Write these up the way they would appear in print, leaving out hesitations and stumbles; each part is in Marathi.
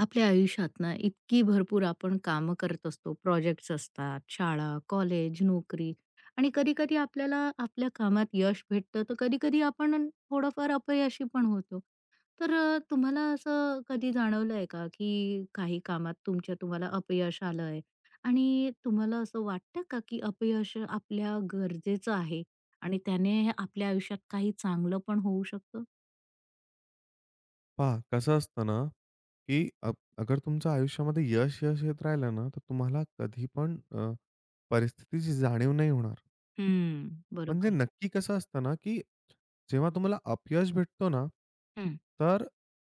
आपल्या आयुष्यात ना इतकी भरपूर आपण कामं करत असतो. प्रोजेक्ट्स असतात, शाळा, कॉलेज, नोकरी आणि कधी-कधी आपल्याला आपल्या कामात यश भेटतं, तर कधी-कधी आपण थोडंफार अपयशी पण होतो. तर तुम्हाला असं कधी जाणवलं आहे का, की काही कामात तुम्हाला अपयश आलं आहे? आणि तुम्हाला असं वाटतं का, की अपयश आपल्या गरजेचं आहे आणि त्याने आपल्या आयुष्यात काही चांगलं पण होऊ शकतं? पहा कसं असतं ना, की अगर तुमच्या आयुष्यामध्ये यश येत राहिलं ना, तर तुम्हाला कधी पण परिस्थितीची जाणीव नाही होणार. हम्म. म्हणजे बरोबर. नक्की कसं असतं ना, की जेव्हा तुम्हाला अपयश भेटतो ना, हं. तर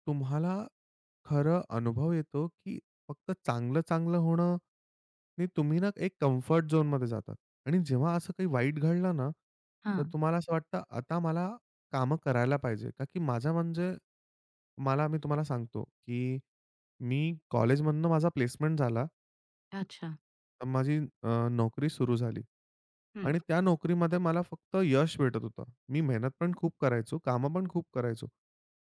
तुम्हाला खरं अनुभव येतो, की फक्त चांगलं-चांगलं होणं नी तुम्ही ना एक कम्फर्ट झोनमध्ये जातात आणि जेव्हा असं काही वाईट घडलं ना, तर हां. तुम्हाला असं वाटतं आता मला कामं करायला पाहिजे. का की माझा म्हणजे मला मी तुम्हाला सांगतो, की मी कॉलेजमधनं माझा प्लेसमेंट झाला. अच्छा. तर माझी नोकरी सुरू झाली. आणि त्या नोकरीमध्ये मला फक्त यश भेटत होतं. मी मेहनत पण खूप करायचो, कामं पण खूप करायचो.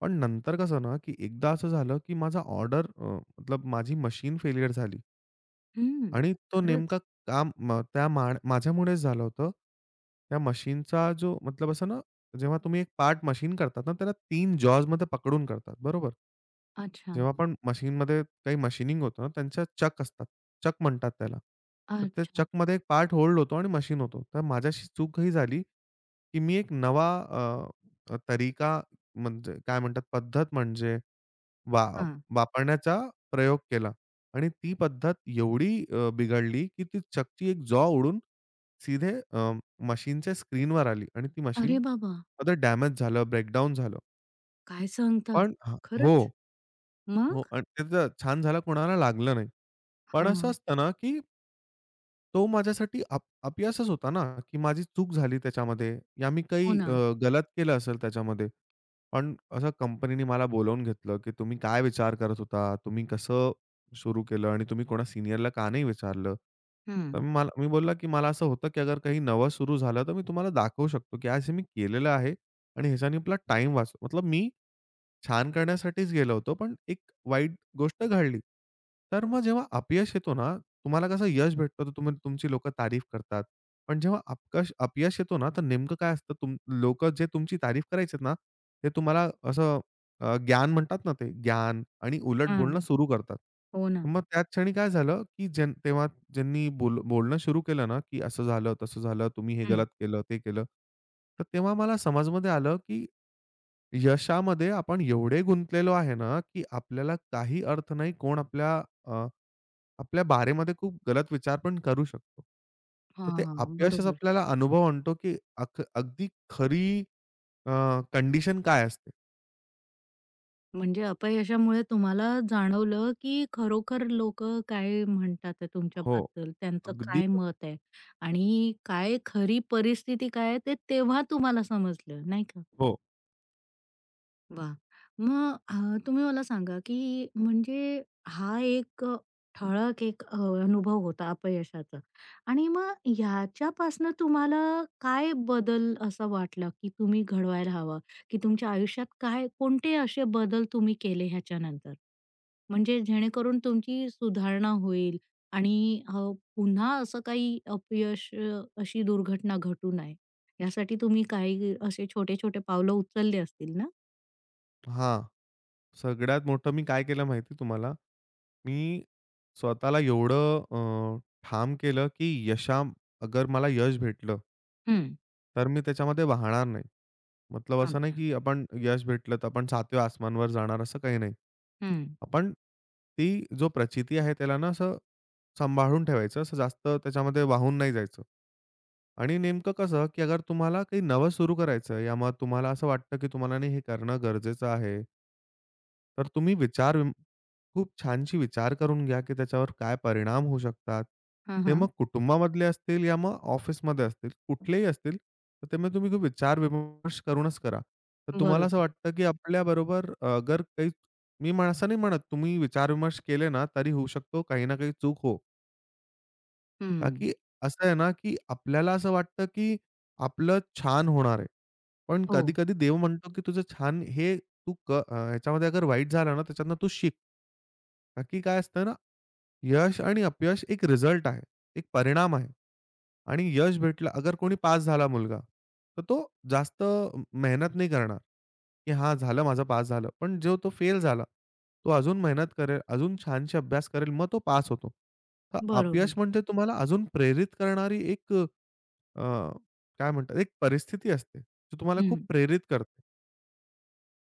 पण नंतर कसं ना, की एकदा असं झालं, की माझा ऑर्डर अ, मतलब माझी मशीन फेलियर झाली. हं. आणि तो खरंच? नेमका काम म त्या मा माझ्यामुळेच झालं होतं. त्या मशीनचा जो मतलब असं ना, जेव्हा तुम्ही एक पार्ट मशीन करतात ना, त्याला 3 जॉजमध्ये पकडून करतात, बरोबर? अच्छा, जेव्हा आपण मशीनमध्ये काही मशीनिंग होतं ना, त्यांच्या चक असतात. चक म्हणतात त्याला. तर त्या अच्छा. चकमध्ये एक पार्ट होल्ड होतो आणि मशीन होतो. तर माझ्याशी चूक ही झाली, की मी एक नवा अ, अ, तरीका म्हणजे काय म्हणतात पद्धत म्हणजे वा हां. वापरण्याचा प्रयोग केला आणि ती पद्धत एवढी बिघडली, की ती चकची एक जॉ उडून सीधे मशीनच्या स्क्रीनवर आली आणि ती अरे मशीन बाबा! आता डॅमेज झालं, ब्रेकडाउन झालं. काय सांगता? पण हां हो, खरंच? हो. मग? आणि त्याचं छान झालं कोणाला लागलं नाही. पण असं हां. असतं ना, की तो माझ्यासाठी अपयशच होता ना, की माझी चूक झाली त्याच्यामध्ये या मी हो काही ना. गलत केलं असेल त्याच्यामध्ये. पण असं कंपनीने मला बोलावून घेतलं, की तुम्ही काय विचार करत होता? तुम्ही कसं सुरू केलं आणि तुम्ही कोणा सीनियरला का नाही विचारलं? तर हं. मला मी बोलला, की मला असं होतं, की अगर काही नवं सुरू झालं, तर मी तुम्हाला दाखवू शकतो, की आज हे मी केलेलं आहे आणि ह्याच्याने आपला टाईम वाचतो. मतलब मी छान करण्यासाठीच गेलो होतो, पण एक वाईट गोष्ट घडली. तर मग जेव्हा अपयश येतो ना, तुम्हाला कसं यश भेटतं तर तुम्ही तुमची लोकं तारीफ करतात. पण जेव्हा अपयश येतो ना, तर नेमकं काय असतं तुम लोकं जे तुमची तारीफ करायचे ना, ते तुम्हाला असं ज्ञान म्हणतात ना ते ज्ञान आणि उलट हां. बोलणं सुरू करतात. हो ना. मग त्याच क्षणी काय झालं, की ज्यांनी बोलणं सुरू केलं ना, की असं झालं, तसं झालं, तुम्ही हे हं. गलत केलं, ते केलं. तर तेव्हा मला समजमध्ये आलं, की यशामध्ये आपण एवढे गुंतलेलो आहे ना, की आपल्याला काही अर्थ नाही कोण अ, आपल्या बारेमध्ये खूप गलत विचार पण करू शकतो. तर ते हां, अपयशच बरोबर. आपल्याला अनुभव आणतो, की अगदी खरी अ, कंडिशन काय असते. म्हणजे अपयशामुळे तुम्हाला जाणवलं, की खरोखर लोकं काय म्हणतात आहे हो. तुमच्याबद्दल, त्यांचं अगदी काय मत आहे आणि काय खरी परिस्थिती काय आहे ते तेव्हा तुम्हाला समजलं, नाही का? हो. वा, मग तुम्ही मला सांगा, की म्हणजे हा एक ठळक एक अनुभव होता अपयशाचा आणि मग ह्याच्यापासनं तुम्हाला काय बदल असा वाटला, की तुम्ही घडवायला हवा, की तुमच्या आयुष्यात काय कोणते असे बदल तुम्ही केले ह्याच्यानंतर? म्हणजे जेणेकरून तुमची सुधारणा होईल आणि पुन्हा असं काही अपयश अशी दुर्घटना घटू नये, यासाठी तुम्ही काही असे छोटे-छोटे पावलं उचलले असतील ना? हां. सगळ्यात मोठं मी काय केलं माहिती तुम्हाला? मी स्वतःला एवढं ठाम केलं, की अगर मला यश भेटलं हं. तर मी त्याच्यामध्ये वाहणार नाही. मतलब असं नाही, अच्छा. की आपण यश भेटलं तर आपण सातव्या आसमानवर जाणार असं काही नाही. हं. आपण ती जो प्रचिती आहे त्याला ना असं सांभाळून ठेवायचं, असं जास्त त्याच्यामध्ये वाहून नाही जायचं. आणि नेमकं कसं, की अगर तुम्हाला काही नवं सुरू करायचं आहे, यामुळे तुम्हाला असं वाटतं, की तुम्हाला नाही हे करणं गरजेचं आहे. तर तुम्ही खूप छानशी विचार करून घ्या, की त्याच्यावर काय परिणाम होऊ शकतात. हां, ते मग हां. कुटुंबामधले असतील या मग ऑफिसमध्ये असतील, कुठलेही असतील, तर ते मग तुम्ही खूप विचार-विमर्श करूनच करा. तर तुम्हाला असं बरोबर. वाटतं, की आपल्याबरोबर अगर काही असं नाही म्हणत तुम्ही विचार-विमर्श केले ना, तरी होऊ शकतो काही ना काही चूक हो. का हं. की असं आहे ना, की आपल्याला असं वाटतं, की आपलं छान होणार आहे. पण हो. कधी-कधी देव म्हणतो, की तुझं छान हे ह्याच्यामध्ये अगर वाईट झालं ना, त्याच्यातनं तू शिक. बाकी काय असतं ना, यश आणि अपयश एक रिझल्ट आहे. एक परिणाम आहे आणि यश भेटलं अगर कोणी पास झाला मुलगा, तर तो जास्त मेहनत नाही करणार, की "हां, झालं माझं पास झालं." पण जो तो फेल झाला, तो अजून मेहनत करेल, अजून छानशी अभ्यास करेल, मग तो पास होतो. तर बरोबर. अपयश म्हणजे तुम्हाला अजून प्रेरित करणारी एक अ, काय म्हणतात एक परिस्थिती असते, जी तुम्हाला खूप हं. प्रेरित करते.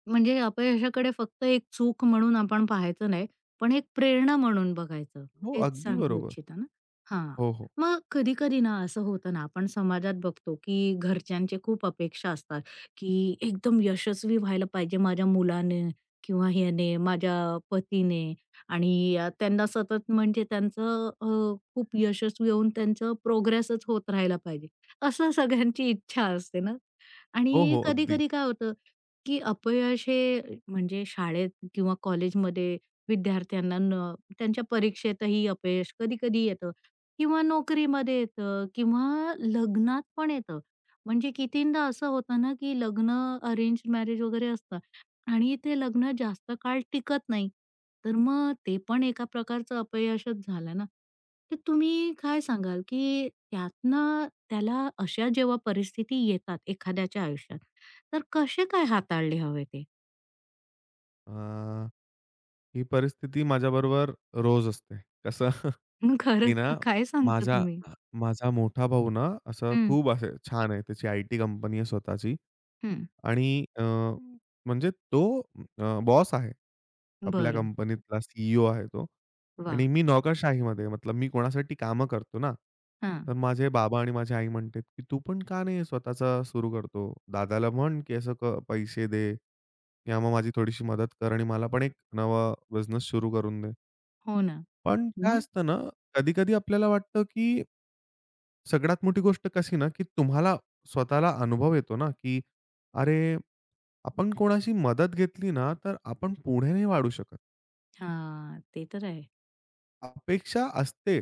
म्हणजे अपयशाकडे फक्त एक चूक म्हणून आपण पाहायचं नाही, पण एक प्रेरणा म्हणून बघायचं. हो, हेच अगदी सांगू बरोबर. इच्छिता ना? हां. हो, हो. मग कधी-कधी ना असं होतं ना, आपण समाजात बघतो, की घरच्यांचे खूप अपेक्षा असतात, की एकदम यशस्वी व्हायला पाहिजे माझ्या मुलाने किंवा ह्याने, माझ्या पतीने आणि त्यांना सतत म्हणजे त्यांचं खूप यशस्वी होऊन त्यांचं प्रोग्रेसच होत राहायला पाहिजे. असं सगळ्यांची इच्छा असते ना हो, आणि हो. अगदी. कधी-कधी काय होतं की अपयश हे म्हणजे शाळेत किंवा कॉलेजमध्ये विद्यार्थ्यांना न त्यांच्या परीक्षेतही अपयश कधी-कधी येतं किंवा नोकरीमध्ये येतं किंवा लग्नात पण येतं. म्हणजे कितींदा असं होतं ना, की लग्न अरेंज मॅरेज वगैरे असतं आणि ते लग्न जास्त काळ टिकत नाही. तर मग ते पण एका प्रकारचं अपयशच झालं ना. तर तुम्ही काय सांगाल, की त्यातनं त्याला अशा जेव्हा परिस्थिती येतात एखाद्याच्या आयुष्यात, तर कसे काय हाताळले हवे ते? अ ही परिस्थिती माझ्याबरोबर रोज असते. कसं? मग की खरंच का? ना काय सांगता माझा तुम्ही? माझा मोठा भाऊ ना असं हं, खूप असं छान आहे. त्याची आय-टी कंपनी आहे स्वतःची. हं. आणि अ, म्हणजे तो बॉस आहे. आपल्या बरं. कंपनीतला सी आहे तो. वाह! आणि मी नोकरशाहीमध्ये मतलब मी कोणासाठी कामं करतो ना, हां. तर माझे बाबा आणि माझी आई म्हणते, की "तू पण का नाही स्वतःचं सुरू करतो? दादाला म्हण, की असं क पैसे दे किंवा मग माझी थोडीशी मदत कर आणि मला पण एक नवा बिझनेस सुरू करून दे." हो ना. पण काय मग? असतं ना, कधी-कधी आपल्याला वाटतं, की सगळ्यात मोठी गोष्ट कशी ना, की तुम्हाला स्वतःला अनुभव येतो ना, की अरे, आपण कोणाशी मदत घेतली ना, तर आपण पुढे नाही वाढू शकत. हां, ते तर आहे. अपेक्षा असते,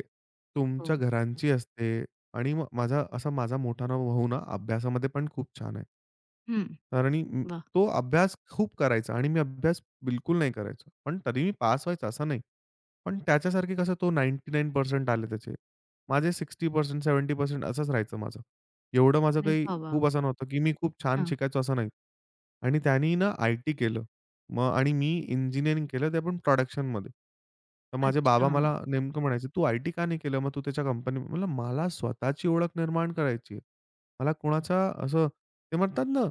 तुमच्या हो. घरांची असते आणि मग माझा मोठा ना भाऊ ना, अभ्यासामध्ये पण खूप छान आहे. हं. कारण मी वाह! तो अभ्यास खूप करायचा आणि मी अभ्यास बिलकुल नाही करायचो. पण तरी मी पास व्हायचा असं नाही. पण त्याच्यासारखे कसं तो 99% आले त्याचे. माझे 60% 70% असंच राहायचं माझं. एवढं माझं अरे काही बाबा! खूप असं नव्हतं, की मी खूप छान हां. शिकायचो असं नाही. आणि त्यानी ना आय-टी केलं. मग आणि मी इंजिनिअरिंग केलं ते पण प्रोडक्शनमध्ये. तर माझे अच्छा. बाबा मला नेमकं म्हणायचे, "तू आय-टी का नाही केलं? मग तू त्याच्या कंपनी" म्हणलं, "मला स्वतःची ओळख निर्माण करायची आहे. मला कोणाचा असं" ते म्हणतात ना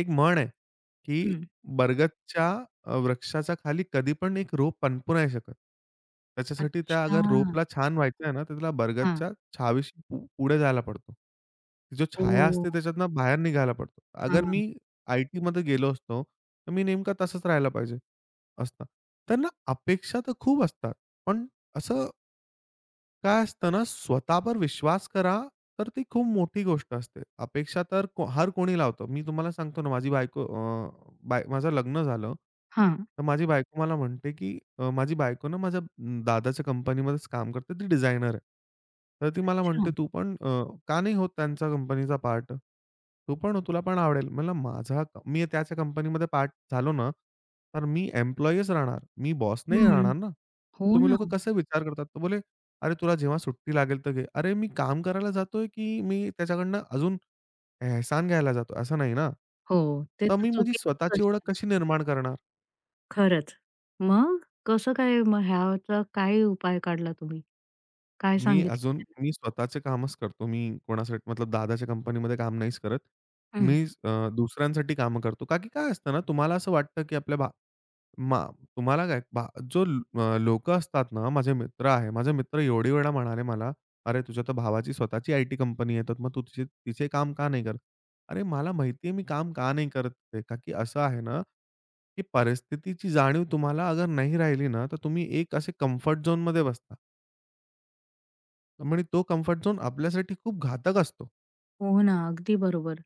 एक म्हण आहे, की हं. बरगदच्या वृक्षाच्या खाली कधी पण एक रोप पनपू नाही शकत. त्याच्यासाठी त्या अगर अच्छा. रोपला छान व्हायचं आहे ना, तर त्याला हां. बरगदच्या छावेशी पुढे जायला पडतो. ती जो छाया ओह! असते त्याच्यातनं बाहेर निघायला पडतो. अगर मी हां. आय-टीमध्ये गेलो असतो, तर मी नेमका तसंच राहायला पाहिजे असता. तर ना अपेक्षा तर खूप असतात, पण असं काय असतं ना, स्वतःवर विश्वास करा, तर ती खूप मोठी गोष्ट असते. अपेक्षा तर हर कोणी लावतो. मी तुम्हाला सांगतो ना, माझी बायको अ, बाय माझं लग्न झालं. हां. तर माझी बायको मला म्हणते, की माझी बायको ना माझ्या दादाच्या कंपनीमध्येच काम करते. ती डिझायनर आहे. तर ती मला अच्छा. म्हणते, "तू पण का नाही होत त्यांच्या कंपनीचा पार्ट? तू पण हो, तुला पण आवडेल." म्हणलं, मी त्याच्या कंपनीमध्ये पार्ट झालो ना, तर मी एम्प्लॉयीच राहणार. मी बॉस नाही हं. राहणार ना. हो तुम्ही ना. लोकं कसे विचार करतात?" तर बोले, अरे, तुला जेव्हा सुट्टी लागेल तर घे. अरे, मी काम करायला जातोय, की मी त्याच्याकडनं अजून एहसान घ्यायला जातो, असं नाही ना. हो, ते तर तर मी माझी चुकीचंच स्वतःची ओळख असणार ना कशी मग. निर्माण करणार? खरंच. मग कसं काय मग ह्याचा काय उपाय काढला तुम्ही? काय मी सांगितलं अजून त्यांना? मी स्वतःचे कामच करतो. मी कोणासाठी मतलब दादाच्या कंपनीमध्ये काम नाहीच करत. हं. मी दुसऱ्यांसाठी कामं करतो. का की काय असतं ना, तुम्हाला असं वाटतं की आपल्या भा मा तुम्हाला काय जो लोकं असतात ना, माझे मित्र आहे. माझे मित्र एवढे वेळा म्हणाले मला, "अरे, तुझ्या तर भावाची स्वतःची आयटी कंपनी आहे, तर मग तू तिचे तिचे काम का नाही करत?" अरे, मला माहिती आहे मी काम का नाही करत ते. का की असं आहे ना, की परिस्थितीची जाणीव तुम्हाला अगर नाही राहिली ना, तर तुम्ही एक असे कम्फर्ट झोनमध्ये बसता. म्हणजे तो कम्फर्ट झोन आपल्यासाठी खूप घातक असतो. हो ना, अगदी बरोबर.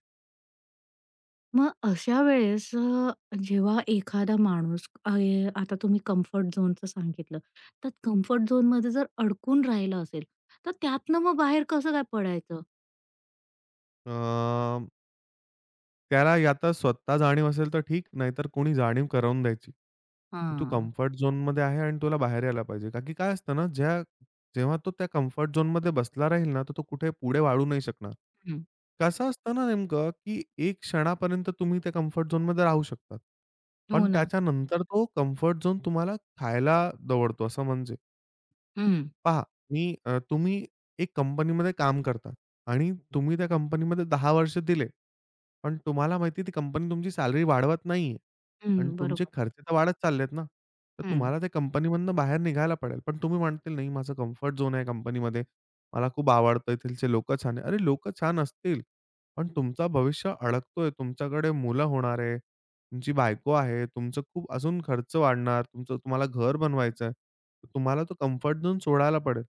मग अशा वेळेस जेव्हा एखादा माणूस अय आता तुम्ही कम्फर्ट झोनचं सांगितलं, तर कम्फर्ट झोनमध्ये जर अडकून राहिला असेल, तर त्यातनं मग बाहेर कसं काय पडायचं? अ, त्याला या तर स्वतः जाणीव असेल तर ठीक, नाहीतर कोणी जाणीव करवून द्यायची, की तू हां. कम्फर्ट झोनमध्ये आहे आणि तुला बाहेर यायला पाहिजे. का की काय असतं ना, जेव्हा तो त्या कम्फर्ट झोनमध्ये बसला राहील ना, तर तो कुठे पुढे वाढू नाही शकणार. हं. कसं असतं ना नेमकं, की एक क्षणापर्यंत तुम्ही त्या कम्फर्ट झोनमध्ये राहू शकतात. पण हो ना. त्याच्यानंतर तो कम्फर्ट झोन तुम्हाला खायला दवडतो, असं म्हणजे. हं. पहा, तुम्ही एक कंपनीमध्ये काम करता आणि तुम्ही त्या कंपनीमध्ये 10 वर्ष दिले. पण तुम्हाला माहिती ती कंपनी तुमची सॅलरी वाढवत नाहीये आणि हं, तुमचे बरोबर. खर्च तर वाढत चालले ना. तर हं. तुम्हाला त्या कंपनीमधनं बाहेर निघायला पडेल. पण तुम्ही म्हणतील, "नाही, माझं कम्फर्ट झोन आहे कंपनीमध्ये. मला खूप आवडतं. येथीलचे लोकं छान आहे." अरे, लोकं छान असतील, पण तुमचं भविष्य अडकतोय. तुमच्याकडे मुलं होणार आहे. तुमची बायको आहे, तुमचं खूप अजून खर्च वाढणार, तुमचं तुम्हाला घर बनवायचं आहे. तर तुम्हाला तो कम्फर्ट झोन सोडायला पडेल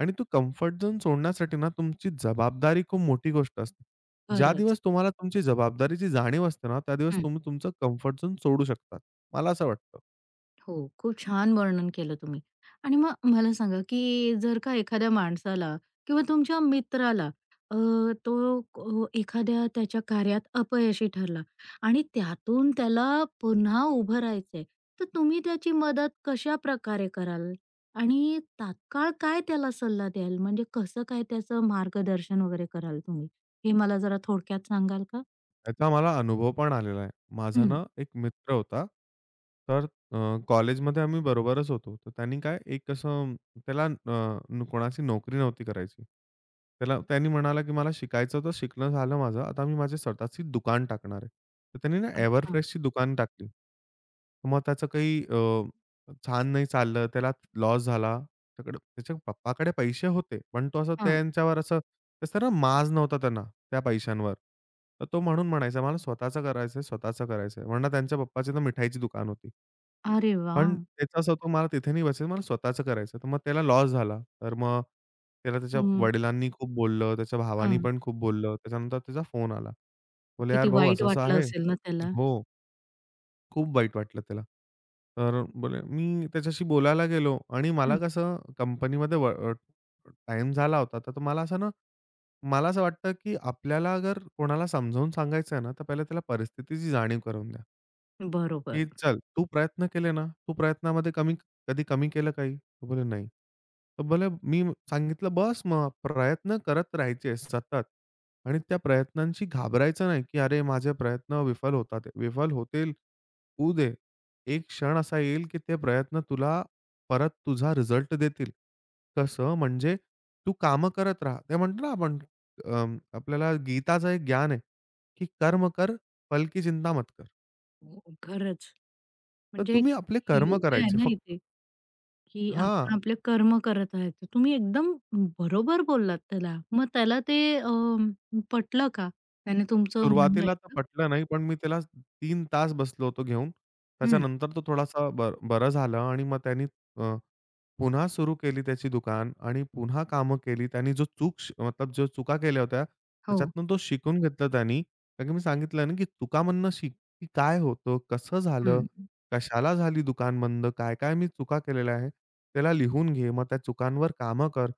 आणि तो कम्फर्ट झोन सोडण्यासाठी ना तुमची जबाबदारी खूप मोठी गोष्ट असते. ज्या खरंच. दिवस तुम्हाला तुमची जबाबदारीची जाणीव असते ना, त्या दिवस तुम्ही तुमचं कम्फर्ट झोन सोडू शकता. मला असं वाटतं. हो, खूप छान वर्णन केलं तुम्ही. आणि मग मला सांगा, की जर का एखाद्या माणसाला किंवा तुमच्या मित्राला अ, तो को एखाद्या त्याच्या कार्यात अपयशी ठरला आणि त्यातून त्याला पुन्हा उभं राहायचंय, तर तुम्ही त्याची मदत कशा प्रकारे कराल? आणि तात्काळ काय त्याला सल्ला द्याल? म्हणजे कसं काय त्याचं मार्गदर्शन वगैरे कराल तुम्ही? हे मला जरा थोडक्यात सांगाल का? त्याचा मला अनुभव पण आलेला आहे. माझा हं. ना एक मित्र होता. तर कॉलेजमध्ये आम्ही बरोबरच होतो. तर त्यांनी काय एक असं त्याला कोणाची नोकरी नव्हती करायची. त्याला त्यांनी म्हणाला, की "मला शिकायचं तर शिकणं झालं माझं. आता मी माझी स्वतःची दुकान टाकणार आहे." तर त्यांनी ना अच्छा. एव्हरफ्रेशची दुकान टाकली. मग त्याचं काही छान नाही चाललं. त्याला लॉस झाला. त्याकडे त्याच्या पप्पाकडे पैसे होते. पण तो असं हां. त्यांच्यावर असं कसं ना माज नव्हता त्यांना. त्या पैशांवर. तर तो म्हणून म्हणायचा, "मला स्वतःचं करायचंय, स्वतःचं करायचंय." म्हणणं त्यांच्या पप्पाची तर मिठाईची दुकान होती. अरे वाह! पण त्याचं असं होतं, मला तिथे नाही बसायचं, मला स्वतःचं करायचं. तर मग त्याला लॉस झाला. तर मग त्याला त्याच्या हं. वडिलांनी खूप बोललं, त्याच्या भावानी हां. पण खूप बोललं. त्याच्यानंतर त्याचा फोन आला. बोलले, "यार किती भाऊ वाईट असं-असं वाटलं आहे." असेल ना त्याला? हो. खूप वाईट वाटलं त्याला. तर बोले मी त्याच्याशी बोलायला गेलो आणि मला हं, कसं टाईम झाला होता. तर मला असं ना, मला असं वाटतं, की आपल्याला अगर कोणाला समजावून सांगायचं आहे ना, तर पहिले त्याला परिस्थितीची जाणीव करून द्या. बरोबर. की "चल, तू प्रयत्न केले ना, तू प्रयत्नामध्ये कमी कधी कमी केलं काही?" तो बोलला, "नाही." तर बोलला, "मी सांगितलं, बस मग प्रयत्न करत राहायचे सतत आणि त्या प्रयत्नांशी घाबरायचं नाही, की अरे, माझे प्रयत्न विफल होतील, होऊ दे. एक क्षण असा येईल, की ते प्रयत्न तुला परत तुझा रिझल्ट देतील." कसं म्हणजे तू कामं करत राहा. ते म्हणतो ना आपण अ, आपल्याला गीताचं एक ज्ञान आहे, की कर्म कर, फल की चिंता मत कर. हो, खरंच. तर म्हणजे तुम्ही आपले कर्म योग्य आहे करायचे ना फक्त. इथे, की हां, आपण आपले कर्म करत आहेत. तर तुम्ही एकदम बरोबर बोललात त्याला. मग त्याला ते पटलं का? त्याने तुमचं म्हणणं सुरुवातीला तर ऐकलं? पटलं नाही, पण मी त्याला 3 तास बसलो होतो घेऊन. हं, त्याच्यानंतर तो थोडासा बरं झालं आणि मग त्यानी अ, पुन्हा सुरू केली त्याची दुकान आणि पुन्हा कामं केली. त्यानी जो चूक श मतलब जो चुका केल्या होत्या, हो. त्याच्यातून तो शिकून घेतलं त्यांनी. कारण की मी सांगितलं ना, की चुकामधनं शिक, की काय होतं, कसं झालं, हं. कशाला झाली दुकान बंद, काय-काय मी चुका केलेल्या आहे. त्याला लिहून घे, मग त्या चुकांवर कामं कर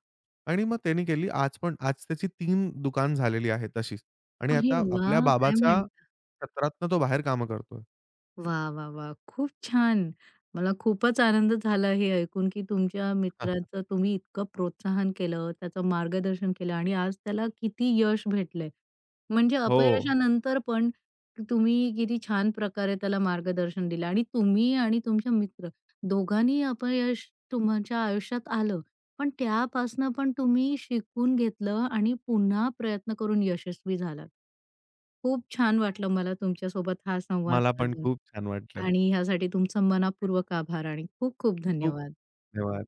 आणि मग त्याने केली. आज पण आज त्याची 3 दुकान झालेली आहे तशीच आणि अरे आता आपल्या वाह! काय बाबाच्या म्हणता? क्षेत्रातनं तो बाहेर कामं करतोय. वा वा वाह! खूप छान. मला खूपच आनंद झाला हे ऐकून, की तुमच्या मित्राचं तुम्ही इतकं प्रोत्साहन केलं, त्याचं मार्गदर्शन केलं आणि आज त्याला किती यश भेटलंय. म्हणजे हो. अपयशानंतर पण तुम्ही किती छान प्रकारे त्याला मार्गदर्शन दिलं आणि तुम्ही आणि तुमचे मित्र दोघांनी अपयश तुमच्या आयुष्यात आलं, पण त्यापासनं पण तुम्ही शिकून घेतलं आणि पुन्हा प्रयत्न करून यशस्वी झालात. खूप छान वाटलं मला तुमच्यासोबत हा संवाद मला पण साधून. खूप छान वाटलं. आणि ह्यासाठी तुमचा मनापूर्वक आभार आणि खूप खूप खूप धन्यवाद. धन्यवाद.